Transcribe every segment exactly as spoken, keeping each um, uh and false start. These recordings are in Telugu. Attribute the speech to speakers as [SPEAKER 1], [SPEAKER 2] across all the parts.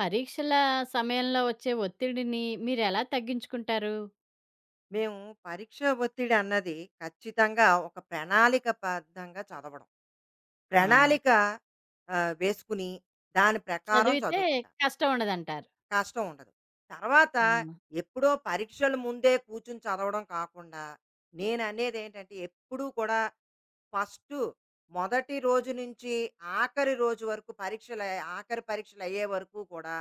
[SPEAKER 1] పరీక్షల సమయంలో వచ్చే ఒత్తిడిని మీరెలా తగ్గించుకుంటారు?
[SPEAKER 2] మేము పరీక్ష ఒత్తిడి అన్నది ఖచ్చితంగా ఒక ప్రణాళిక బద్ధంగా చదవడం.
[SPEAKER 1] ఆ!
[SPEAKER 2] ప్రణాళిక ఆహ్, వేసుకుని దాని ప్రకారం
[SPEAKER 1] చదివితే
[SPEAKER 2] చదువుకుంటాను.
[SPEAKER 1] కష్టం ఉండదంటారు.
[SPEAKER 2] కష్టం ఉండదు. తర్వాత
[SPEAKER 1] ఆ!
[SPEAKER 2] ఎప్పుడో పరీక్షల ముందే కూర్చొని చదవడం కాకుండా, నేననేదేంటంటే ఎప్పుడూ కూడా ఫస్టు మొదటి రోజు నుంచి ఆఖరి రోజు వరకు పరీక్షల ఆఖరి పరీక్షలయ్యే వరకు కూడా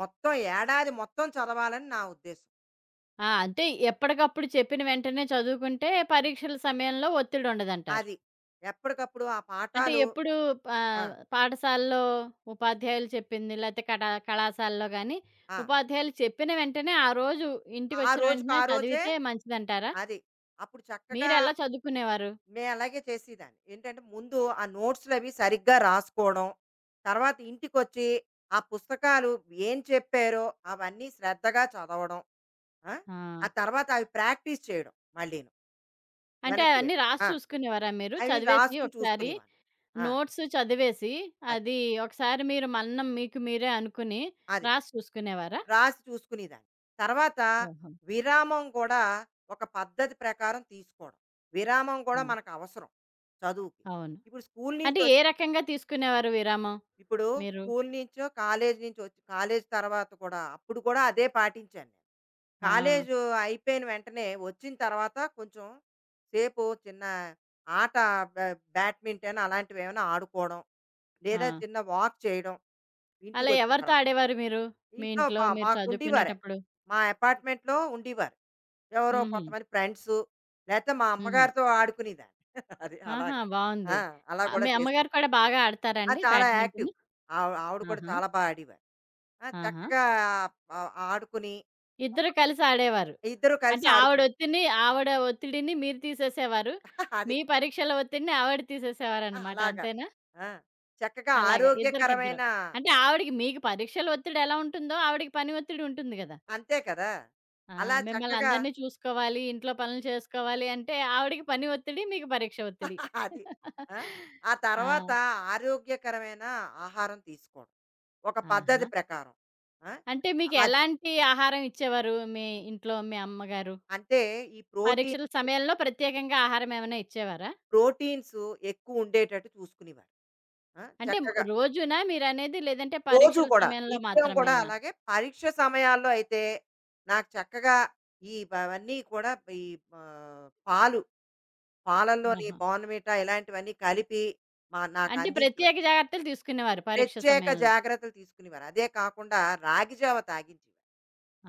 [SPEAKER 2] మొత్తం ఏడాది మొత్తం చదవాలని నా ఉద్దేశం.
[SPEAKER 1] ఆ! అంటే ఎప్పటికప్పుడు చెప్పిన వెంటనే చదువుకుంటే పరీక్షల సమయంలో ఒత్తిడుండదంటారు.
[SPEAKER 2] అది. ఎప్పటికప్పుడు ఆ
[SPEAKER 1] అంటే
[SPEAKER 2] పాఠాలు.
[SPEAKER 1] ఎప్పుడు పా
[SPEAKER 2] ఆ!
[SPEAKER 1] పాఠశాలలో ఉపాధ్యాయులు చెప్పింది లేతే కటా కళాశాలలో గాని,
[SPEAKER 2] ఆ!
[SPEAKER 1] ఉపాధ్యాయులు చెప్పిన వెంటనే ఆ రోజు
[SPEAKER 2] ఆ
[SPEAKER 1] ఇంటికొచ్చిన
[SPEAKER 2] రోజుకి
[SPEAKER 1] వెంటనే
[SPEAKER 2] ఆ రోజే
[SPEAKER 1] చదివితే మంచిదంటారా?
[SPEAKER 2] అది. అప్పుడు చక్కగా
[SPEAKER 1] మీరెలా చదువుకునేవారు?
[SPEAKER 2] నేను అలాగే చేసేదాన్ని. ఏంటంటే ముందు ఆ నోట్స్‌లవి సరిగ్గా రాసుకోవడం. తర్వాత ఇంటికొచ్చి ఆ పుస్తకాలు ఏం చెప్పారో అవన్నీ శ్రద్ధగా చదవడం. ఆ!
[SPEAKER 1] ఆ!
[SPEAKER 2] ఆ తర్వాత అవి ప్రాక్టీస్ చేయడం మళ్ళీను.
[SPEAKER 1] అంటే
[SPEAKER 2] వెనక్కి
[SPEAKER 1] అవన్నీ
[SPEAKER 2] వెళ్ళి.
[SPEAKER 1] రాసి
[SPEAKER 2] ఆ!
[SPEAKER 1] చూసుకునేవారా మీరు?
[SPEAKER 2] అవి
[SPEAKER 1] చదివేసి
[SPEAKER 2] రాసుకొని
[SPEAKER 1] ఒకసారి
[SPEAKER 2] చూసుకునేవాడిని. ఆ!
[SPEAKER 1] నోట్స్ చదివేసి,
[SPEAKER 2] అది.
[SPEAKER 1] అది ఒకసారి మీరు మన్నన మీకు మీరే అనుకుని
[SPEAKER 2] అది.
[SPEAKER 1] రాసి చూసుకునేవారా?
[SPEAKER 2] రాసి చూసుకునేదాన్ని. తర్వాత
[SPEAKER 1] ఓహో!
[SPEAKER 2] విరామం కూడా ఒక పద్ధతి ప్రకారం తీసుకోవడం. విరామం
[SPEAKER 1] ఆ!
[SPEAKER 2] కూడా మనకు అవసరం. చదువుకి.
[SPEAKER 1] అవును.
[SPEAKER 2] ఇప్పుడు స్కూల్
[SPEAKER 1] అంటే ఏ
[SPEAKER 2] నుంచొచ్చి,
[SPEAKER 1] రకంగా తీసుకునేవారు విరామం
[SPEAKER 2] ఇప్పుడు
[SPEAKER 1] మీరు?
[SPEAKER 2] స్కూల్ నుంచో, కాలేజీ నుంచో వచ్చి కాలేజీ తర్వాత కూడా అప్పుడు కూడా అదే పాటించాను నేను.
[SPEAKER 1] ఆ!
[SPEAKER 2] కాలేజు అయిపోయిన వెంటనే వచ్చిన తర్వాత కొంచెం సేపు చిన్న ఆట బ్యా బ్యాడ్మింటన్ అలాంటివేమైనా ఆడుకోవడం.
[SPEAKER 1] ఆ!
[SPEAKER 2] లేదా చిన్న వాక్ చేయడం
[SPEAKER 1] అలా
[SPEAKER 2] ఇంటికొచ్చిన
[SPEAKER 1] ఎవరితో
[SPEAKER 2] తర్వాత.
[SPEAKER 1] ఆడేవారు మీరు? మీ
[SPEAKER 2] ఇంట్లో
[SPEAKER 1] ఇంట్లో
[SPEAKER 2] మా
[SPEAKER 1] మీరు
[SPEAKER 2] మాకుండేవారే.
[SPEAKER 1] చదువుకునేటప్పుడు?
[SPEAKER 2] మా అపార్ట్మెంట్‌లో ఉండేవారు. ఎవరో
[SPEAKER 1] హుహు.
[SPEAKER 2] కొంతమంది ఫ్రెండ్సు లేతే మా
[SPEAKER 1] హుహు.
[SPEAKER 2] అమ్మగారితో ఆడుకునేదాన్ని. అది
[SPEAKER 1] ఆహా!
[SPEAKER 2] అలాగా. ఆ!
[SPEAKER 1] బావుంది.
[SPEAKER 2] అలా
[SPEAKER 1] ఆహ్,
[SPEAKER 2] కూడా
[SPEAKER 1] మీ
[SPEAKER 2] చేస్తూ
[SPEAKER 1] అమ్మగారు కూడా బాగా ఆడతారా
[SPEAKER 2] ఆ!
[SPEAKER 1] అండి
[SPEAKER 2] చాలా యాక్టివ్.
[SPEAKER 1] బ్యాడ్మింటను?
[SPEAKER 2] ఆవి ఆవిడ కూడా
[SPEAKER 1] ఆహా!
[SPEAKER 2] చాలా బా ఆడేవారు. ఆ!
[SPEAKER 1] ఆహా!
[SPEAKER 2] చక్కగా ఆహ్, ఆడుకుని ఒక
[SPEAKER 1] ఇద్దరు కలిసి ఆడేవారు.
[SPEAKER 2] ఇద్దరూ కలిసి
[SPEAKER 1] అంటే ఆవిడ
[SPEAKER 2] ఆడుకున్నాం.
[SPEAKER 1] ఒత్తిడిని ఆవిడ ఒత్తిడిని మీరు తీసేసేవారు.
[SPEAKER 2] అది.
[SPEAKER 1] మీ పరీక్షల ఒత్తిడిని ఆవిడ
[SPEAKER 2] ఆ,
[SPEAKER 1] తీసేసేవారనమాట.
[SPEAKER 2] అలాగా.
[SPEAKER 1] అంతేనా?
[SPEAKER 2] ఆ! చక్కగా
[SPEAKER 1] అలాగా ఇద్దరికిద్దరు.
[SPEAKER 2] ఆరోగ్యకరమైన
[SPEAKER 1] అంటే ఆవిడకి మీకు పరీక్షల ఒత్తిడి ఎలా ఉంటుందో, ఆవిడకి పని ఒత్తిడి ఉంటుంది గదా!
[SPEAKER 2] అంతే కదా!
[SPEAKER 1] ఆ!
[SPEAKER 2] అలా
[SPEAKER 1] మిమ్మల్ని
[SPEAKER 2] చక్కగా
[SPEAKER 1] అందరిని చూసుకోవాలి, ఇంట్లో పనులు చేసుకోవాలి అంటే, ఆవిడకి పని ఒత్తిడి, మీకు పరీక్ష ఒత్తిడి.
[SPEAKER 2] అది. ఆ! ఆ
[SPEAKER 1] ఆ!
[SPEAKER 2] తర్వాత ఆరోగ్యకరమైన ఆహారం తీసుకోవడం. ఒక పద్ధతి
[SPEAKER 1] ఆహా!
[SPEAKER 2] ప్రకారం. ఆ!
[SPEAKER 1] అంటే మీకు
[SPEAKER 2] మధ్య
[SPEAKER 1] ఎలాంటి ఆహారం ఇచ్చేవారు మీ ఇంట్లో మీ అమ్మగారు?
[SPEAKER 2] అంటే ఈ ప్రోటీన్
[SPEAKER 1] పరీక్షల సమయంలో ప్రత్యేకంగా ఆహారం ఏమైనా ఇచ్చేవారా?
[SPEAKER 2] ప్రోటీన్స్ ఎక్కువ ఉండేటట్టు చూసుకునేవారు. ఆ!
[SPEAKER 1] అంటే మ్
[SPEAKER 2] చక్కగా
[SPEAKER 1] రోజునా మీరనేది? లేదంటే
[SPEAKER 2] రోజు
[SPEAKER 1] పరీక్షల
[SPEAKER 2] కూడా.
[SPEAKER 1] సమయంలో
[SPEAKER 2] నిత్యం కూడా
[SPEAKER 1] మాత్రమేనా?
[SPEAKER 2] అలాగే పరీక్ష సమయాల్లో అయితే నాకు చక్కగా ఈ బ అవన్నీ కూడా ఈ ఆహ్, పాలు, పాలల్లోని
[SPEAKER 1] ఆహా!
[SPEAKER 2] బోర్న్‌విటా ఇలాంటివన్నీ కలిపి మా నాకు
[SPEAKER 1] అంటే
[SPEAKER 2] అందించేవారు.
[SPEAKER 1] ప్రత్యేక జాగ్రత్తలు తీసుకునేవారు పరీక్ష
[SPEAKER 2] ప్రత్యేక
[SPEAKER 1] సమయంలో.
[SPEAKER 2] జాగ్రత్తలు తీసుకునేవారు. అదే కాకుండా రాగి జావ తాగించేవారు.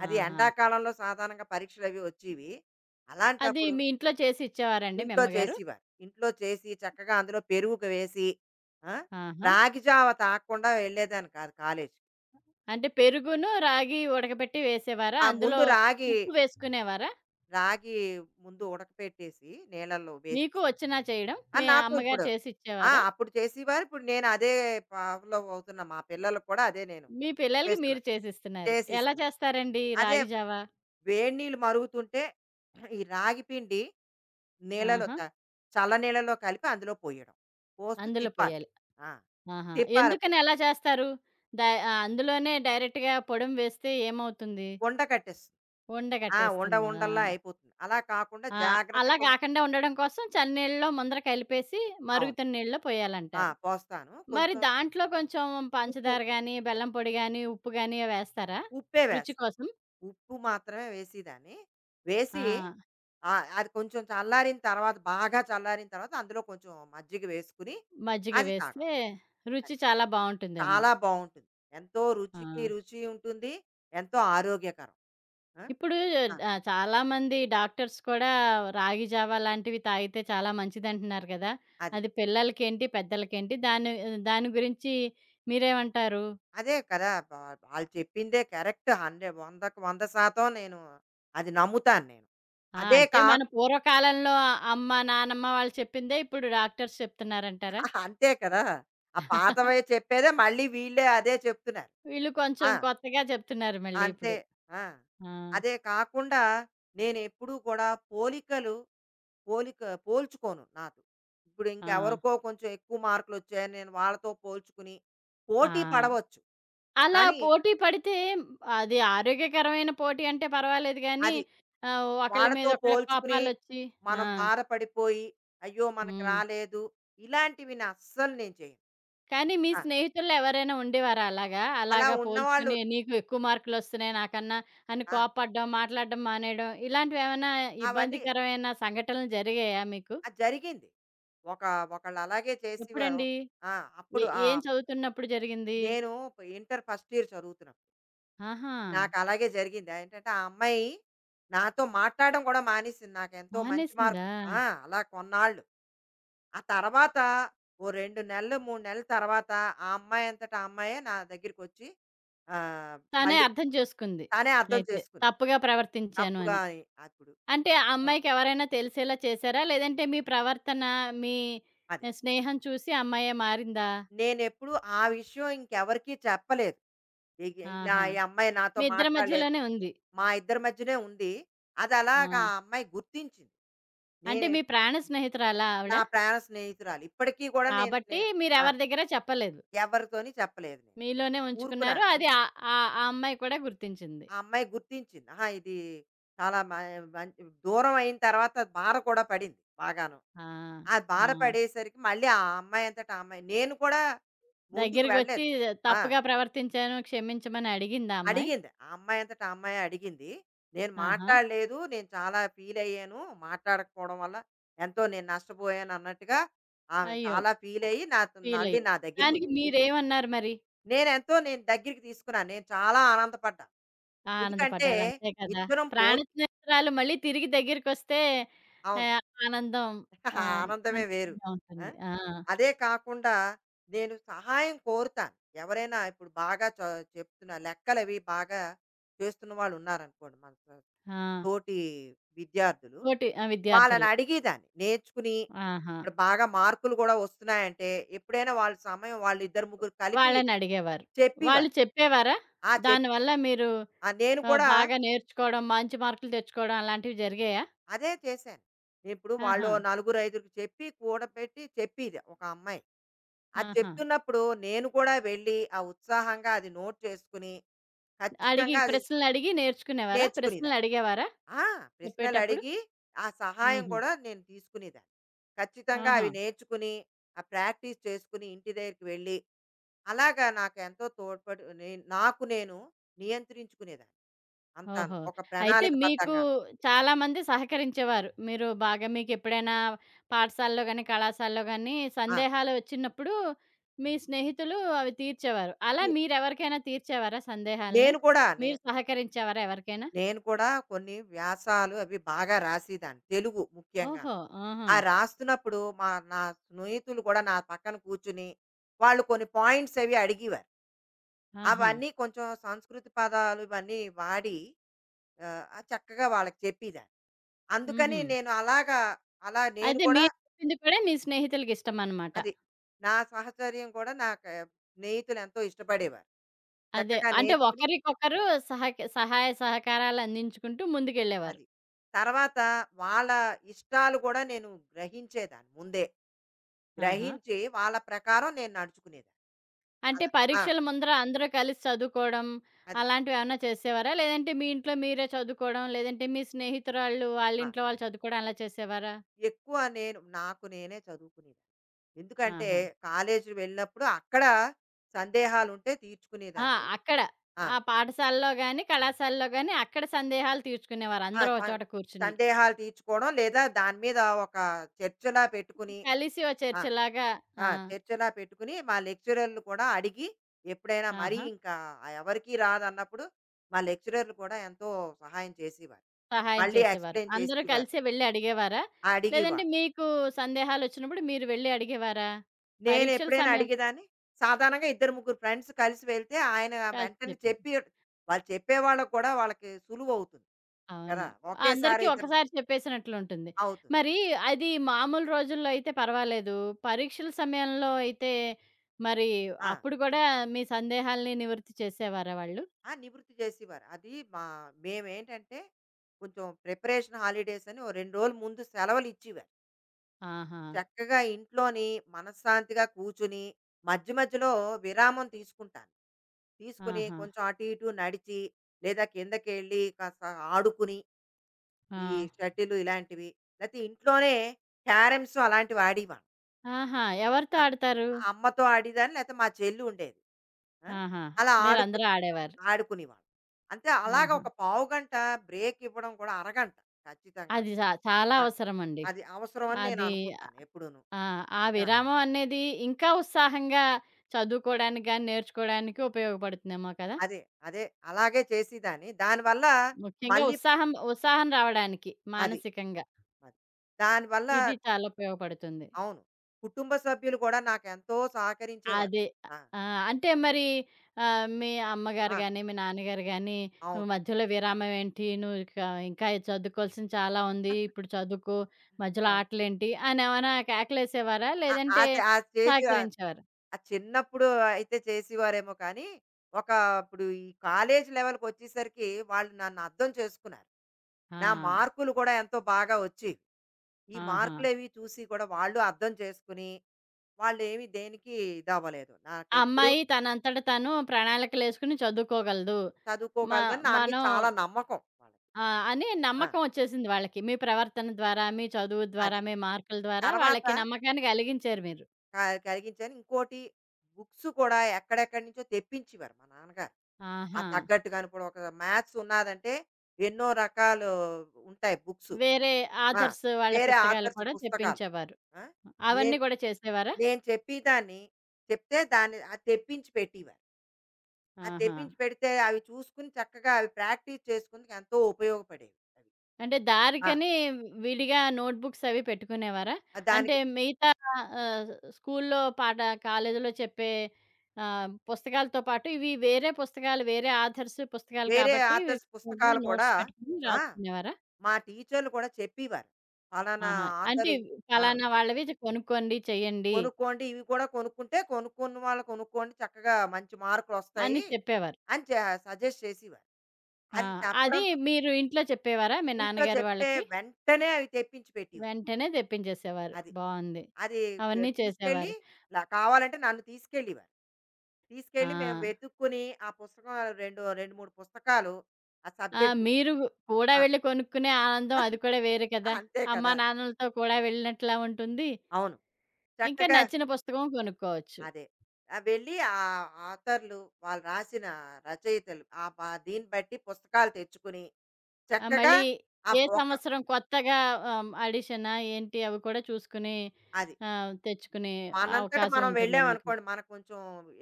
[SPEAKER 2] అది
[SPEAKER 1] ఆహా!
[SPEAKER 2] ఎండాకాలంలో సాధారణంగా పరీక్షలవి వచ్చేవి.
[SPEAKER 1] అది
[SPEAKER 2] అలాంటప్పుడు
[SPEAKER 1] మీ ఇంట్లో చేసి ఇచ్చేవారండి మీ
[SPEAKER 2] ఇంట్లో
[SPEAKER 1] అమ్మగారు?
[SPEAKER 2] చేసేవారు. ఇంట్లో చేసి చక్కగా అందులో పెరుగుకు వేసి ఆ!
[SPEAKER 1] ఆహా!
[SPEAKER 2] రాగి జావ తాగకుండా వెళ్ళేదాన్ని కాదు కాలేజ్‌కి.
[SPEAKER 1] అంటే పెరుగును, రాగి ఉడకబెట్టి వేసేవారా?
[SPEAKER 2] ఆ!
[SPEAKER 1] అందులో
[SPEAKER 2] ముందు రాగి,
[SPEAKER 1] ఉప్పు వేసుకునేవారా?
[SPEAKER 2] రాగి ముందు ఉడకపెట్టేసి నీళ్ళల్లో
[SPEAKER 1] మీకు
[SPEAKER 2] వేసేసి.
[SPEAKER 1] వచ్చునా చేయడం?
[SPEAKER 2] ఆ!
[SPEAKER 1] మీ
[SPEAKER 2] నాకు
[SPEAKER 1] అమ్మగారు
[SPEAKER 2] ఇప్పుడు
[SPEAKER 1] చేసి
[SPEAKER 2] ఆ!
[SPEAKER 1] ఇచ్చేవారా?
[SPEAKER 2] అప్పుడు చేసేవారు. ఇప్పుడు నేను అదే ఫాలో అవుతున్నా. మా పిల్లలకి కూడా అదే నేను
[SPEAKER 1] మీ పిల్లలకి
[SPEAKER 2] చేస్తున్నా.
[SPEAKER 1] మీరు చేసిస్తున్నారు. ఎలా
[SPEAKER 2] చేసిస్తున్నా.
[SPEAKER 1] చేస్తారండి ఈ
[SPEAKER 2] అదే
[SPEAKER 1] రాగి జావా?
[SPEAKER 2] వేడి నీళ్ళు మరుగుతుంటే ఈ రాగి పిండి నీళ్ళలో
[SPEAKER 1] ఆహా!
[SPEAKER 2] త చల్ల నీళ్ళలో కలిపి అందులో పోయడం. పోస్తూ
[SPEAKER 1] అందులో
[SPEAKER 2] తిప్పాలి.
[SPEAKER 1] పొయ్యాలి.
[SPEAKER 2] ఆ!
[SPEAKER 1] ఆహా!
[SPEAKER 2] తిప్పాలి. కు
[SPEAKER 1] ఎందుకని అలా చేస్తారు? డై ఆహ్, అందులోనే డైరెక్ట్‌గా పొడిం వేస్తే ఏమవుతుంది?
[SPEAKER 2] ఉండ కట్టేస్తుంది. ఆ! ఉండ
[SPEAKER 1] ఉండగట్టేస్తుందా?
[SPEAKER 2] ఉండల్లా అయిపోతుంది. అలా కాకుండా
[SPEAKER 1] ఆ!
[SPEAKER 2] జాగ్రత్త
[SPEAKER 1] అలా
[SPEAKER 2] కొం
[SPEAKER 1] కాకుండా ఉండడం కోసం చన్నీళ్ళలో ముందర కలిపేసి,
[SPEAKER 2] అవును.
[SPEAKER 1] మరుగుతున్న నీళ్ళలో
[SPEAKER 2] ఆ!
[SPEAKER 1] పొయ్యాలంటారు.
[SPEAKER 2] పోస్తాను.
[SPEAKER 1] మరి
[SPEAKER 2] కొంచెం
[SPEAKER 1] దాంట్లో కొంచెం
[SPEAKER 2] ఉప్పు
[SPEAKER 1] పంచదార గాని, బెల్లం పొడి గాని, ఉప్పు గాని వేస్తారా?
[SPEAKER 2] ఉప్పే
[SPEAKER 1] రుచి
[SPEAKER 2] వేస్తాం.
[SPEAKER 1] కోసం.
[SPEAKER 2] ఉప్పు మాత్రమే వేసేదాన్ని.
[SPEAKER 1] ఆ!
[SPEAKER 2] వేసి ఆహ్, అది కొంచెం చల్లారిన తర్వాత బాగా చల్లారిన తర్వాత అందులో కొంచెం మజ్జిగ వేసుకొని
[SPEAKER 1] మజ్జిగ
[SPEAKER 2] అది
[SPEAKER 1] వేస్తే
[SPEAKER 2] తాగడం.
[SPEAKER 1] రుచి
[SPEAKER 2] అది.
[SPEAKER 1] చాలా బావుంటుందేమో.
[SPEAKER 2] చాలా బావుంటుంది. ఎంతో
[SPEAKER 1] ఆ!
[SPEAKER 2] రుచికి రుచి ఉంటుంది. ఎంతో ఆరోగ్యకరం. ఆ!
[SPEAKER 1] ఇప్పుడు
[SPEAKER 2] ఆ!
[SPEAKER 1] ఆహ్, చాలామంది డాక్టర్స్ కూడా రాగి జావా లాంటివి తాగితే చాలా మంచిదంటున్నారు కదా!
[SPEAKER 2] అది.
[SPEAKER 1] అది పిల్లలకేంటి, పెద్దలకేంటి దాని దాని గురించి మీరేమంటారు?
[SPEAKER 2] అదే కదా! వ వాళ్ళు చెప్పిందే కరెక్ట్. హండ్రె 100కి వంద శాతం నేను అది నమ్ముతాను నేను.
[SPEAKER 1] ఆ!
[SPEAKER 2] అదే
[SPEAKER 1] అంటే
[SPEAKER 2] కా
[SPEAKER 1] మన పూర్వకాలంలో అమ్మ, నానమ్మ వాళ్ళు చెప్పిందే ఇప్పుడు డాక్టర్స్ చెప్తున్నారంటారా?
[SPEAKER 2] అంతే కదా! ఆ పాతవే చెప్పేదే మళ్ళీ వీళ్ళే అదే చెప్తున్నారు.
[SPEAKER 1] వీళ్ళు కొంచెం
[SPEAKER 2] ఆ!
[SPEAKER 1] కొత్తగా చెప్తున్నారు మళ్ళీ
[SPEAKER 2] అంతే.
[SPEAKER 1] ఇప్పుడు.
[SPEAKER 2] ఆ!
[SPEAKER 1] ఆ!
[SPEAKER 2] అదే కాకుండా నేనెప్పుడూ కూడా పోలికలు పోలిక పోల్చుకోను నాతో. ఇప్పుడు
[SPEAKER 1] ఆ!
[SPEAKER 2] ఇంకెవరికో కొంచెం ఎక్కువ మార్కులొచ్చాయని నేను వాళ్ళతో పోల్చుకుని,
[SPEAKER 1] ఆ!
[SPEAKER 2] పోటీ పడవచ్చు.
[SPEAKER 1] అలా
[SPEAKER 2] కానీ
[SPEAKER 1] పోటీ పడితే అది ఆరోగ్యకరమైన పోటీ అంటే పర్వాలేదు గానీ
[SPEAKER 2] అది
[SPEAKER 1] ఆహ్, ఒకళ్ళ మీద
[SPEAKER 2] వాళ్ళతో
[SPEAKER 1] ఒకళ్ళకి
[SPEAKER 2] పోల్చుకుని,
[SPEAKER 1] కోపాలొచ్చి ఆ!
[SPEAKER 2] మనం బాధపడిపోయి, అయ్యో! మనకు
[SPEAKER 1] హ్మ్.
[SPEAKER 2] రాలేదు. ఇలాంటివి నే అస్సలు నేను చేయను.
[SPEAKER 1] కానీ మీ
[SPEAKER 2] ఆ!
[SPEAKER 1] స్నేహితుల్లో ఎవరైనా ఉండేవారా అలాగా?
[SPEAKER 2] అలా
[SPEAKER 1] అలాగా
[SPEAKER 2] ఉన్నవాళ్ళు
[SPEAKER 1] పోల్చుకుని నీకు ఎక్కువ మార్కులొస్తున్నాయి నాకన్నా అని
[SPEAKER 2] ఆ!
[SPEAKER 1] కోప్పడ్డం, మాట్లాడడం మానేయడం ఇలాంటివేమైనా
[SPEAKER 2] అవన్నీ
[SPEAKER 1] ఇబ్బందికరమైన సంఘటనలు జరిగాయా మీకు?
[SPEAKER 2] ఆ! జరిగింది. ఒక ఒకళ్ళు అలాగే చేసేవారు.
[SPEAKER 1] ఎప్పుడండి?
[SPEAKER 2] ఆ!
[SPEAKER 1] ఏ
[SPEAKER 2] అప్పుడు
[SPEAKER 1] ఏం
[SPEAKER 2] ఆహ్,
[SPEAKER 1] చదువుతున్నప్పుడు జరిగింది?
[SPEAKER 2] నేను ఇంటర్ ఫస్ట్ ఇయర్ చదువుతున్నాను.
[SPEAKER 1] ఆహా!
[SPEAKER 2] నాకు అలాగే జరిగింది. ఏంటంటే, ఆ అమ్మాయి నాతో మాట్లాడడం కూడా మానేసింది. నాకెంతో మంచి
[SPEAKER 1] మానేసిందా?
[SPEAKER 2] మార్కులు. ఆ! అలా కొన్నాళ్ళు. ఆ తర్వాత ఓ రెండు నెలలు, మూడు నెలల తర్వాత ఆ అమ్మాయి అంతట ఆ అమ్మాయే నా దగ్గరికొచ్చి ఆహ్,
[SPEAKER 1] తనే
[SPEAKER 2] మళ్ళీ
[SPEAKER 1] అర్థం చేసుకుంది.
[SPEAKER 2] తానే అర్థం
[SPEAKER 1] అయితే.
[SPEAKER 2] చేసుకుంది.
[SPEAKER 1] తప్పుగా ప్రవర్తించాను
[SPEAKER 2] తప్పుగా
[SPEAKER 1] అని.
[SPEAKER 2] అని అప్పుడు.
[SPEAKER 1] అంటే ఆ
[SPEAKER 2] ఆ!
[SPEAKER 1] అమ్మాయికెవరైనా తెలిసేలా చేశారా? లేదంటే మీ ప్రవర్తన, మీ
[SPEAKER 2] అది.
[SPEAKER 1] ఆహ్, స్నేహం చూసి ఆ అమ్మాయే మారిందా?
[SPEAKER 2] నేనెప్పుడు ఆ విషయం ఇంకెవరికీ చెప్పలేదు. ఇగ ఇలా
[SPEAKER 1] ఆహా!
[SPEAKER 2] ఈ అమ్మాయి నాతో
[SPEAKER 1] మీ ఇద్దరి
[SPEAKER 2] మాట్లాడలేదు.
[SPEAKER 1] మధ్యలోనే ఉంది.
[SPEAKER 2] మా ఇద్దరి మధ్యనే ఉంది. అది
[SPEAKER 1] ఆ!
[SPEAKER 2] అలాగా ఆ అమ్మాయి గుర్తించింది.
[SPEAKER 1] అంటే
[SPEAKER 2] నేనె
[SPEAKER 1] మీ ప్రాణ స్నేహితురాలా ఆవిడ?
[SPEAKER 2] నా ప్రాణ స్నేహితురాలు. ఇప్పటికీ గూడా నేను స్నే
[SPEAKER 1] కాబట్టి
[SPEAKER 2] ఆ!
[SPEAKER 1] మీరెవరి దగ్గర చెప్పలేదు.
[SPEAKER 2] ఎవరితోని చెప్పలేదు నేను.
[SPEAKER 1] మీలోనే ఉంచుకున్నారు.
[SPEAKER 2] ఊరుకున్నాను.
[SPEAKER 1] అది
[SPEAKER 2] అన్
[SPEAKER 1] ఆహ్, ఆహ్, ఆ అమ్మాయి కూడా గుర్తించింది.
[SPEAKER 2] ఆ అమ్మాయి గుర్తించింది. ఆహా! ఇది చాలా మ మంచి దూరం అయిన తర్వాత బాధ కూడా పడింది బాగాను.
[SPEAKER 1] ఆ!
[SPEAKER 2] ఆ
[SPEAKER 1] ఆ!
[SPEAKER 2] బాధ పడేసరికి మళ్ళీ ఆ అమ్మాయి అంతట ఆ అమ్మాయి నేను కూడా ముందుకు
[SPEAKER 1] దగ్గరికొచ్చి
[SPEAKER 2] వెళ్ళలేదు. ఆ!
[SPEAKER 1] తప్పుగా ప్రవర్తించాను క్షమించమని అడిగిందా ఆ అమ్మాయి?
[SPEAKER 2] అడిగింది. ఆ అమ్మాయి అంతట ఆ అమ్మాయే అడిగింది. నేను
[SPEAKER 1] ఆహా!
[SPEAKER 2] మాట్లాడలేదు. నేను చాలా ఫీల్ అయ్యాను. మాట్లాడకపోవడం వల్ల ఎంతో నేను నష్టపోయాను అన్నట్టుగా ఆమె
[SPEAKER 1] అయ్యో!
[SPEAKER 2] చాలా ఫీల్ అయ్యి నాతో మళ్ళీ
[SPEAKER 1] ఫీలయ్యారు.
[SPEAKER 2] నా
[SPEAKER 1] దానికి
[SPEAKER 2] దగ్గరికొచ్చింది.
[SPEAKER 1] మీరేమన్నారు మరి?
[SPEAKER 2] నేనెంతో నేను దగ్గరికి తీసుకున్నాను. నేను చాలా ఆనందపడ్డా.
[SPEAKER 1] ఆ,
[SPEAKER 2] ఎందుకంటే
[SPEAKER 1] ఆనందపడ్డారు. అంతే కదా!
[SPEAKER 2] ఇద్దరం
[SPEAKER 1] ప్రాణ
[SPEAKER 2] పోటీ
[SPEAKER 1] స్నేహితురాలు మళ్ళీ తిరిగి దగ్గరికొస్తే
[SPEAKER 2] అవును.
[SPEAKER 1] ఆహ్, ఆనందం
[SPEAKER 2] ఆ
[SPEAKER 1] ఆహ్,
[SPEAKER 2] ఆనందమే వేరు.
[SPEAKER 1] అంతకంగా
[SPEAKER 2] ఆ!
[SPEAKER 1] ఉంటుంది. ఆ!
[SPEAKER 2] అదే కాకుండా నేను సహాయం కోరుతాను. ఎవరైనా ఇప్పుడు బాగా చ చెప్తున్న లెక్కలవి బాగా చేస్తున్న వాళ్ళున్నారనుకోండి మన త
[SPEAKER 1] ఆ!
[SPEAKER 2] తోటి విద్యార్థులు.
[SPEAKER 1] తోటి ఆహ్,
[SPEAKER 2] వాళ్ళని
[SPEAKER 1] విద్యార్థులు.
[SPEAKER 2] అడిగేదాన్ని. నేర్చుకుని
[SPEAKER 1] ఆహా!
[SPEAKER 2] ఇప్పుడు బాగా మార్కులు గూడా వస్తున్నాయంటే ఎప్పుడైనా వాళ్ళ సమయం వాళ్ళు ఇద్దరు ముగ్గురు కలిపి
[SPEAKER 1] వాళ్ళనడిగేవారు. వాళ్ళు
[SPEAKER 2] చెప్పేవారు.
[SPEAKER 1] చెప్పేవారా?
[SPEAKER 2] ఆ! చెప్
[SPEAKER 1] దానివల్ల మీరు
[SPEAKER 2] ఆ! నేను
[SPEAKER 1] ఆహ్,
[SPEAKER 2] కూడా
[SPEAKER 1] బాగా నేర్చుకోవడం, మంచి మార్కులు తెచ్చుకోవడం అలాంటివి జరిగాయా?
[SPEAKER 2] అదే చేశాను. ఇప్పుడు వాళ్ళు
[SPEAKER 1] ఆహా!
[SPEAKER 2] నలుగురు, ఐదుగురికి చెప్పి కూడబెట్టి చెప్పేది ఒక అమ్మాయి. అది
[SPEAKER 1] ఆహా!
[SPEAKER 2] చెప్తున్నప్పుడు నేను కూడా వెళ్ళి ఆ ఉత్సాహంగా అది నోట్ చేసుకుని,
[SPEAKER 1] అడిగి
[SPEAKER 2] ఖచ్చితంగా అది
[SPEAKER 1] ప్రశ్నలడిగి నేర్చుకునేవారా?
[SPEAKER 2] నేర్చుకునేదాన్ని.
[SPEAKER 1] ప్రశ్నలడిగేవారా
[SPEAKER 2] ఆ!
[SPEAKER 1] చెప్పేటప్పుడు?
[SPEAKER 2] ప్రశ్నలడిగి ఆ సహాయం
[SPEAKER 1] హుహు.
[SPEAKER 2] కూడా నేను తీసుకునేదాన్ని. ఖచ్చితంగా
[SPEAKER 1] ఆహా!
[SPEAKER 2] అవి నేర్చుకుని, ఆ ప్రాక్టీస్ చేసుకుని ఇంటి దగ్గరికి వెళ్ళి, అలాగా నాకెంతో తోడ్పడి నేను నాకు నేను నియంత్రించుకునేదాన్ని అంతాను.
[SPEAKER 1] ఓహో!
[SPEAKER 2] ఒక
[SPEAKER 1] అయితే
[SPEAKER 2] ప్రణాళిక
[SPEAKER 1] మీకు
[SPEAKER 2] బద్ధంగాను.
[SPEAKER 1] చాలామంది సహకరించేవారు. మీరు బాగా మీకెప్పుడైనా పాఠశాలలో గాని, కళాశాలలో గాని
[SPEAKER 2] ఆ!
[SPEAKER 1] సందేహాలు వచ్చినప్పుడు మీ స్నేహితులు అవి తీర్చేవారు. అలా
[SPEAKER 2] నే
[SPEAKER 1] మీరెవరికైనా తీర్చేవారా సందేహాల్ని?
[SPEAKER 2] నేను కూడా నే
[SPEAKER 1] మీరు సహకరించేవారా ఎవరికైనా?
[SPEAKER 2] నేను కూడా కొన్ని వ్యాసాలు అవి బాగా రాసేదాన్ని. తెలుగు ముఖ్యంగాను.
[SPEAKER 1] ఓహో! ఆహా!
[SPEAKER 2] ఆ రాస్తున్నప్పుడు మా నా స్నేహితులు కూడా నా పక్కన కూర్చుని, వాళ్ళు కొన్ని పాయింట్స్ అవి అడిగేవారు.
[SPEAKER 1] ఆహా!
[SPEAKER 2] అవన్నీ కొంచెం సంస్కృతి పదాలు ఇవన్నీ వాడి ఆహ్, ఆ చక్కగా వాళ్ళకి చెప్పేదాన్ని.
[SPEAKER 1] హుహు.
[SPEAKER 2] అందుకని నేను అలాగా అలా నేను
[SPEAKER 1] అయితే
[SPEAKER 2] కూడా
[SPEAKER 1] మీరు చెప్పింది కూడా మీ స్నేహితులకిష్టమనమాట.
[SPEAKER 2] అది నా సహచర్యం కూడా నాకు స్నేహితులు ఎంతో ఇష్టపడేవారు.
[SPEAKER 1] అదే.
[SPEAKER 2] చక్కగా
[SPEAKER 1] అంటే
[SPEAKER 2] నేర్చుకుని
[SPEAKER 1] ఒకరికొకరు సహక సహాయ సహకారాలందించుకుంటూ ముందుకెళ్ళేవారు.
[SPEAKER 2] అది. తర్వాత వాళ్ళ ఇష్టాలు కూడా నేను గ్రహించేదాన్ని ముందే.
[SPEAKER 1] ఆహా!
[SPEAKER 2] గ్రహించి వాళ్ళ ప్రకారం నేను నడుచుకునేదాన్ని.
[SPEAKER 1] అంటే
[SPEAKER 2] అలా ఆ!
[SPEAKER 1] పరీక్షల ముందర అందరూ కలిసి చదువుకోవడం,
[SPEAKER 2] అది.
[SPEAKER 1] అలాంటివేమన్నా చేసేవారా? లేదంటే మీ ఇంట్లో మీరే చదువుకోవడం, లేదంటే మీ స్నేహితురాళ్ళు వాళ్ళ
[SPEAKER 2] ఆ!
[SPEAKER 1] ఇంట్లో వాళ్ళు చదువుకోవడం అలా చేసేవారా?
[SPEAKER 2] ఎక్కువ నేను నాకు నేనే చదువుకునేదాన్ని. ఎందుకంటే
[SPEAKER 1] ఆహా!
[SPEAKER 2] కాలేజీ వెళ్ళినప్పుడు అక్కడ సందేహాలుంటే
[SPEAKER 1] ఆ!
[SPEAKER 2] తీర్చుకునేదాన్ని.
[SPEAKER 1] అక్కడ.
[SPEAKER 2] ఆ!
[SPEAKER 1] ఆ పాఠశాలలో గాని, కళాశాలలో గాని అక్కడ సందేహాలు తీర్చుకునేవారు
[SPEAKER 2] ఆ!
[SPEAKER 1] అందరూ
[SPEAKER 2] స
[SPEAKER 1] ఒక చోట కూర్చుని.
[SPEAKER 2] సందేహాలు తీర్చుకోవడం లేదా దాని మీద ఒక చర్చలా పెట్టుకుని
[SPEAKER 1] కలిసి ఓ
[SPEAKER 2] ఆ!
[SPEAKER 1] చర్చలాగా
[SPEAKER 2] ఆ!
[SPEAKER 1] ఆ!
[SPEAKER 2] చర్చలా పెట్టుకుని మా లెక్చరర్‌లు కూడా అడిగి ఎప్పుడైనా మరీ
[SPEAKER 1] ఆహా!
[SPEAKER 2] ఇంకా ఎవరికీ రాదన్నప్పుడు మా లెక్చరర్‌లు కూడా ఎంతో సహాయం చేసేవారు.
[SPEAKER 1] సహాయం
[SPEAKER 2] మళ్ళీ
[SPEAKER 1] చేసేవారు.
[SPEAKER 2] ఎక్స్‌ప్లెయిన్
[SPEAKER 1] అందరూ
[SPEAKER 2] చేసేవారు.
[SPEAKER 1] కలిసి వెళ్లి అడిగేవారా?
[SPEAKER 2] ఆ,
[SPEAKER 1] లేదంటే
[SPEAKER 2] అడిగేవాళ్ళం.
[SPEAKER 1] మీకు సందేహాలొచ్చినప్పుడు మీరు వెళ్లి అడిగేవారా? పరీక్షల
[SPEAKER 2] నేనెప్పుడైనా
[SPEAKER 1] సమయం
[SPEAKER 2] అడిగేదాన్ని. సాధారణంగా ఇద్దరు, ముగ్గురు ఫ్రెండ్స్ కలిసి వెళ్తే ఆయన
[SPEAKER 1] కలిసి
[SPEAKER 2] వెంటనే
[SPEAKER 1] చెప్పారు.
[SPEAKER 2] చెప్పి వాళ్ళు చెప్పేవాళ్ళకి కూడా వాళ్ళకి సులువవుతుంది
[SPEAKER 1] అవును.
[SPEAKER 2] కదా! ఒకేసారి
[SPEAKER 1] అందరికీ
[SPEAKER 2] ఇద్దరు ము-
[SPEAKER 1] ఒకసారి చెప్పేసినట్లుంటుంది.
[SPEAKER 2] అవుతుంది.
[SPEAKER 1] మరి అది మామూలు రోజుల్లో అయితే పర్వాలేదు. పరీక్షల సమయంలో అయితే మరి
[SPEAKER 2] ఆ!
[SPEAKER 1] అప్పుడు గూడా మీ సందేహాల్ని నివృత్తి చేసేవారా వాళ్ళు?
[SPEAKER 2] ఆ! నివృత్తి చేసేవారు. అది మా మేమేంటంటే కొంచెం ప్రిపరేషన్ హాలిడేస్ అని ఓ రెండు రోజులు ముందు సెలవులిచ్చేవారు.
[SPEAKER 1] ఆహా!
[SPEAKER 2] చక్కగా ఇంట్లోని మనశ్శాంతిగా కూర్చొని మధ్య మధ్యలో విరామం తీసుకుంటాను. తీసుకొని
[SPEAKER 1] ఆహా!
[SPEAKER 2] కొంచెం అటు ఇటు నడిచి లేదా కిందకెళ్ళి కాస్త ఆడుకుని
[SPEAKER 1] ఆ!
[SPEAKER 2] ఈ షటిలు ఇలాంటివి. లేతే ఇంట్లోనే క్యారమ్స్ అలాంటివి ఆడేవాళ్ళం.
[SPEAKER 1] ఆహా! ఎవరితో
[SPEAKER 2] ఆ!
[SPEAKER 1] ఆడతారు?
[SPEAKER 2] అమ్మతో ఆడేదాన్ని లేతే మా చెల్లి ఉండేది. ఆ!
[SPEAKER 1] ఆహా!
[SPEAKER 2] అలా ఆడుకు
[SPEAKER 1] మీరందరూ ఆడేవారు.
[SPEAKER 2] ఆడుకునేవాళ్ళం. అంటే అలాగ
[SPEAKER 1] ఆహా!
[SPEAKER 2] ఒక పావుగంట బ్రేక్ ఇవ్వడం కూడా అరగంట ఖచ్చితంగాను.
[SPEAKER 1] అది చా చాలా
[SPEAKER 2] ఆ!
[SPEAKER 1] అవసరమండి.
[SPEAKER 2] అది అవసరం అని నేను
[SPEAKER 1] అది
[SPEAKER 2] అనుకుంటాను ఎప్పుడూను.
[SPEAKER 1] ఆ! ఆ
[SPEAKER 2] ఆ!
[SPEAKER 1] విరామం అనేది ఇంకా ఉత్సాహంగా చదువుకోవడానికి గాని, నేర్చుకోవడానికి ఉపయోగపడుతుందేమో కదా!
[SPEAKER 2] అదే. అదే. అలాగే చేసేదాన్ని. దానివల్ల
[SPEAKER 1] ముఖ్యంగా
[SPEAKER 2] మళ్ళీ
[SPEAKER 1] ఉత్సాహం ఉత్సాహం రావడానికి
[SPEAKER 2] అది.
[SPEAKER 1] మానసికంగా.
[SPEAKER 2] అది. దానివల్ల
[SPEAKER 1] ఇది చాలా ఉపయోగపడుతుంది.
[SPEAKER 2] అవును. కుటుంబ సభ్యులు కూడా నాకెంతో సహకరించేవారు.
[SPEAKER 1] అదే.
[SPEAKER 2] ఆ!
[SPEAKER 1] ఆ! అంటే మరి ఆహ్, మీ అమ్మగారు
[SPEAKER 2] ఆ!
[SPEAKER 1] గాని, మీ నాన్నగారు గాని
[SPEAKER 2] అవును.
[SPEAKER 1] మధ్యలో విరామం ఏంటి? నువ్వు ఇక ఇంకా చదువుకోవాల్సింది చాలా ఉంది. ఇప్పుడు చదువుకో, మధ్యలో
[SPEAKER 2] అవును.
[SPEAKER 1] ఆటలేంటి? అని ఏమైనా కేకలేసేవారా?
[SPEAKER 2] ఆ! ఆ
[SPEAKER 1] లేదంటే
[SPEAKER 2] చే ఆ స్టేజ్ ఆహ్,
[SPEAKER 1] సహకరించేవారా?
[SPEAKER 2] చిన్నప్పుడు అయితే చేసేవారేమో కానీ, ఒక ఇప్పుడు ఈ కాలేజ్ లెవెల్‌కొచ్చేసరికి వాళ్ళు నన్ను అర్థం చేసుకున్నారు.
[SPEAKER 1] ఆ!
[SPEAKER 2] నా మార్కులు కూడా ఎంతో బాగా వచ్చేవి. ఈ
[SPEAKER 1] ఆహా!
[SPEAKER 2] మార్కులవి చూసి కూడా వాళ్ళు అర్థం చేసుకుని, వాళ్ళేమి దేనికి ఇదవ్వలేదు.
[SPEAKER 1] ఆ
[SPEAKER 2] నాకెప్పుడు
[SPEAKER 1] అమ్మాయి తనంతట తను ప్రణాళికలేసుకొని చదువుకోగలదు. మ
[SPEAKER 2] చదువుకోగలదని నా మీద
[SPEAKER 1] మనం
[SPEAKER 2] చాలా నమ్మకం వాళ్ళకి.
[SPEAKER 1] ఆ! అని
[SPEAKER 2] ఆ!
[SPEAKER 1] నమ్మకం వచ్చేసింది వాళ్ళకి. మీ ప్రవర్తన ద్వారా, మీ చదువు ద్వారా,
[SPEAKER 2] అది.
[SPEAKER 1] మీ మార్కుల ద్వారా
[SPEAKER 2] తర్వాత
[SPEAKER 1] వాళ్ళకి నమ్మకాన్ని కలిగించారు మీరు.
[SPEAKER 2] క కలిగించాను. ఇంకోటి బుక్స్ కూడా ఎక్కడెక్కడి నుంచో తెప్పించేవారు మా నాన్నగారు. ఆ
[SPEAKER 1] ఆహా!
[SPEAKER 2] తగ్గట్టుగాను ఇప్పుడు ఒక మ్యాథ్స్ ఉన్నాదంటే ఎన్నో రకాలు ఉంటాయి బుక్స్.
[SPEAKER 1] వేరే
[SPEAKER 2] ఆ!
[SPEAKER 1] ఆథర్స్ వాళ్ళ
[SPEAKER 2] వేరే
[SPEAKER 1] పుస్తకాలు
[SPEAKER 2] ఆథర్స్
[SPEAKER 1] కూడా
[SPEAKER 2] పుస్తకాలు.
[SPEAKER 1] తెప్పించేవారు.
[SPEAKER 2] ఆ! నేను
[SPEAKER 1] అవన్నీ కూడా చేసేవారా?
[SPEAKER 2] నేను చెప్పేదాన్ని చెప్తే దాన్ని అది తెప్పించి పెట్టేవారు. అది
[SPEAKER 1] ఆహా!
[SPEAKER 2] తెప్పించి పెడితే అవి చూసుకొని చక్కగా అవి ప్రాక్టీస్ చేసుకుందుకు ఎంతో ఉపయోగపడేవి అవి.
[SPEAKER 1] అంటే
[SPEAKER 2] ఆ!
[SPEAKER 1] దారికని విడిగా నోట్ బుక్స్ అవి పెట్టుకునేవారా?
[SPEAKER 2] ఆ
[SPEAKER 1] అంటే
[SPEAKER 2] దానికి
[SPEAKER 1] మిగతా ఆహ్, స్కూల్లో పాఠ కాలేజీలో చెప్పే ఆహ్, పుస్తకాలతో పాటు ఇవి వేరే పుస్తకాలు, వేరే ఆథర్స్ పుస్తకాలు
[SPEAKER 2] వేరే
[SPEAKER 1] కాబట్టి ఇవి
[SPEAKER 2] ఆథర్స్
[SPEAKER 1] విడిగా
[SPEAKER 2] పుస్తకాలు కూడా
[SPEAKER 1] నోట్స్ పెట్టుకొని
[SPEAKER 2] ఆ!
[SPEAKER 1] రాసుకునేవారా?
[SPEAKER 2] మా టీచర్లు కూడా చెప్పేవారు. పలానా
[SPEAKER 1] ఆహా! అంటే
[SPEAKER 2] ఆథరు ఆ!
[SPEAKER 1] ఫలానా వాళ్ళవి ఇది కొనుక్కోండి, చెయ్యండి
[SPEAKER 2] కొనుక్కోండి. ఇవి కూడా కొనుక్కుంటే కొనుక్కున్న వాళ్ళు కొనుక్కోండి. చక్కగా మంచి
[SPEAKER 1] అని
[SPEAKER 2] మార్కులొస్తాయి
[SPEAKER 1] చెప్పేవారు.
[SPEAKER 2] అని చ సజెస్ట్ చేసేవారు.
[SPEAKER 1] ఆ!
[SPEAKER 2] అది
[SPEAKER 1] అది
[SPEAKER 2] చెప్పడంతో
[SPEAKER 1] మీరు ఇంట్లో చెప్పేవారా మీ
[SPEAKER 2] ఇంట్లో
[SPEAKER 1] నాన్నగారు
[SPEAKER 2] చెప్తే
[SPEAKER 1] వాళ్ళకి?
[SPEAKER 2] వెంటనే అవి తెప్పించి పెట్టేవారు.
[SPEAKER 1] వెంటనే తెప్పించేసేవారు.
[SPEAKER 2] అది.
[SPEAKER 1] బావుంది.
[SPEAKER 2] అది వె
[SPEAKER 1] అవన్నీ
[SPEAKER 2] తీసుకెళ్ళి
[SPEAKER 1] చేసేవారు.
[SPEAKER 2] ల కావాలంటే నన్ను తీసుకెళ్ళేవారు.
[SPEAKER 1] ఆ!
[SPEAKER 2] తీసుకెళ్ళి మేము వెతుక్కొని ఆ పుస్తకం రెండు, రెండు, మూడు పుస్తకాలు ఆ
[SPEAKER 1] ఆ!
[SPEAKER 2] సబ్జెక్ట్‌వి.
[SPEAKER 1] మీరు కూడా
[SPEAKER 2] ఆ!
[SPEAKER 1] వెళ్లి కొనుక్కునే ఆనందం అది కూడా వేరు కదా!
[SPEAKER 2] అంతే
[SPEAKER 1] అమ్మా
[SPEAKER 2] కదా!
[SPEAKER 1] నాన్నలతో కూడా వెళ్ళినట్లా ఉంటుంది.
[SPEAKER 2] అవును.
[SPEAKER 1] ఇంకా
[SPEAKER 2] చక్కగా
[SPEAKER 1] నచ్చిన పుస్తకం కొనుక్కోవచ్చు.
[SPEAKER 2] అదే. ఆహ్, వెళ్ళి ఆ ఆథర్‌లు వాళ్ళు రాసిన రచయితలు ఆ ప దీన్ని బట్టి పుస్తకాలు తెచ్చుకొని
[SPEAKER 1] ఆహ్,
[SPEAKER 2] చక్కగా
[SPEAKER 1] మళ్ళీ ఏ
[SPEAKER 2] ఆహ్, ఒక
[SPEAKER 1] సంవత్సరం కొత్తగా ఆహ్, అడిషనా ఏంటి అవి కూడా చూసుకుని
[SPEAKER 2] అది.
[SPEAKER 1] ఆహ్, తెచ్చుకునే
[SPEAKER 2] మనంతట
[SPEAKER 1] అవకాశం
[SPEAKER 2] మనం
[SPEAKER 1] ఉంటుంది మీకు.
[SPEAKER 2] వెళ్ళామనుకోండి, మనకు కొంచెం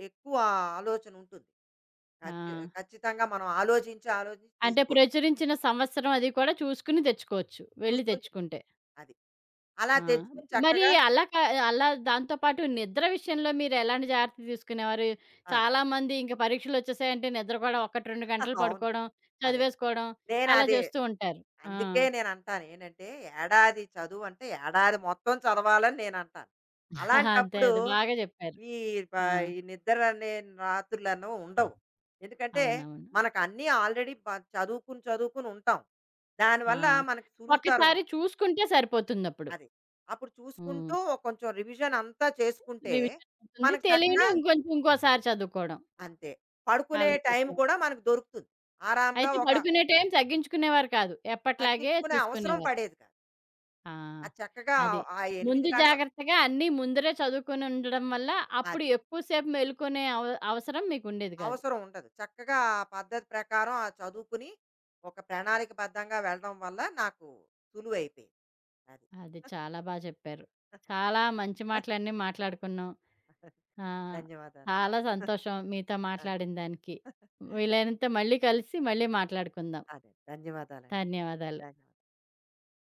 [SPEAKER 2] ఎక్కువ ఆలోచన ఉంటుంది.
[SPEAKER 1] ఆ!
[SPEAKER 2] ఖచ్చి ఖచ్చితంగా మనం ఆలోచించి, ఆలోచించి
[SPEAKER 1] అంటే
[SPEAKER 2] తీసుకోవచ్చు.
[SPEAKER 1] ప్రచురించిన సంవత్సరం అది కూడా చూసుకుని తెచ్చుకోవచ్చు. వెళ్లి
[SPEAKER 2] చూసుకొని
[SPEAKER 1] తెచ్చుకుంటే.
[SPEAKER 2] అది. అలా
[SPEAKER 1] ఆ!
[SPEAKER 2] తెచ్చుకొని
[SPEAKER 1] మరి
[SPEAKER 2] చక్కగా
[SPEAKER 1] అలా కా అలా దాంతో పాటు నిద్ర విషయంలో మీరు ఎలాంటి జాగ్రత్తలు తీసుకునేవారు?
[SPEAKER 2] అది.
[SPEAKER 1] చాలామంది ఇంక పరీక్షలొచ్చేసాయంటే నిద్ర కూడా ఒకటి, రెండు గంటలు
[SPEAKER 2] అవును.
[SPEAKER 1] పడుకోవడం,
[SPEAKER 2] అదే.
[SPEAKER 1] చదివేసుకోవడం
[SPEAKER 2] నేను
[SPEAKER 1] అలా
[SPEAKER 2] అదే.
[SPEAKER 1] చేస్తూ ఉంటారు. ఆ!
[SPEAKER 2] అందుకే నేనంటాను ఏంటంటే, ఏడాది చదువంటే ఏడాది మొత్తం చదవాలని నేనంటాను.
[SPEAKER 1] అంతే
[SPEAKER 2] అలాంటప్పుడు
[SPEAKER 1] అది బాగా చెప్పారు.
[SPEAKER 2] ఈ ప
[SPEAKER 1] ఆ!
[SPEAKER 2] ఈ నిద్ర అనే రాత్రులను ఉండవు. ఎందుకంటే,
[SPEAKER 1] అవునవును.
[SPEAKER 2] మనకు అన్నీ ఆల్రెడీ బ చదువుకుని, చదువుకుని ఉంటాం.
[SPEAKER 1] ఆ!
[SPEAKER 2] దానివల్ల మనకు సులువుతరం
[SPEAKER 1] ఒక్కసారి
[SPEAKER 2] అవుతుంది.
[SPEAKER 1] చూసుకుంటే సరిపోతుందప్పుడు.
[SPEAKER 2] అది. అప్పుడు
[SPEAKER 1] హ్మ్.
[SPEAKER 2] చూసుకుంటూ ఒక కొంచెం రివిజన్ అంతా చేసుకుంటే,
[SPEAKER 1] రివిజన్ ఉంటుంది.
[SPEAKER 2] మనకు చక్కగా
[SPEAKER 1] తెలియని ఇంకొంచెం ఇంకోసారి చదువుకోవడం.
[SPEAKER 2] అంతే. పడుకునే
[SPEAKER 1] అలా
[SPEAKER 2] టైం
[SPEAKER 1] చేసేవారు.
[SPEAKER 2] కూడా మనకు దొరుకుతుంది. ఆరాంగా
[SPEAKER 1] అయితే
[SPEAKER 2] ఒక
[SPEAKER 1] పడుకునే టైం తగ్గించుకునేవారు కాదు. ఎప్పట్లాగే
[SPEAKER 2] తగ్గించుకునే అవసరం
[SPEAKER 1] చూసుకునేవారు.
[SPEAKER 2] పడేది కాదు.
[SPEAKER 1] ఆ!
[SPEAKER 2] అది చక్కగా
[SPEAKER 1] అది.
[SPEAKER 2] ఆ ఎనిమిది
[SPEAKER 1] ముందు
[SPEAKER 2] గంటలు.
[SPEAKER 1] జాగ్రత్తగా అన్నీ ముందరే చదువుకొని ఉండడం వల్ల, అప్పుడు
[SPEAKER 2] అది.
[SPEAKER 1] ఎక్కువ సేపు మేలుకునే అవ అవసరం మీకుండేది కాదు.
[SPEAKER 2] అవసరం ఉండదు. చక్కగా ఆ పద్ధతి ప్రకారం ఆ చదువుకుని, ఒక ప్రణాళికబద్ధంగా వెళ్ళడం వల్ల నాకు సులువైపోయింది. అది.
[SPEAKER 1] అది చాలా బా చెప్పారు. చాలా మంచి మాటలన్నీ మాట్లాడుకున్నాం. ఆహ్,
[SPEAKER 2] ధన్యవాదాలండి.
[SPEAKER 1] చాలా సంతోషం మీతో
[SPEAKER 2] ఆ!
[SPEAKER 1] మాట్లాడిన దానికి. వీలైనంత మళ్ళీ కలిసి, మళ్ళీ మాట్లాడుకుందాం.
[SPEAKER 2] అదే. ధన్యవాదాలండి.
[SPEAKER 1] ధన్యవాదాలు.
[SPEAKER 2] ధన్యవాదాలు.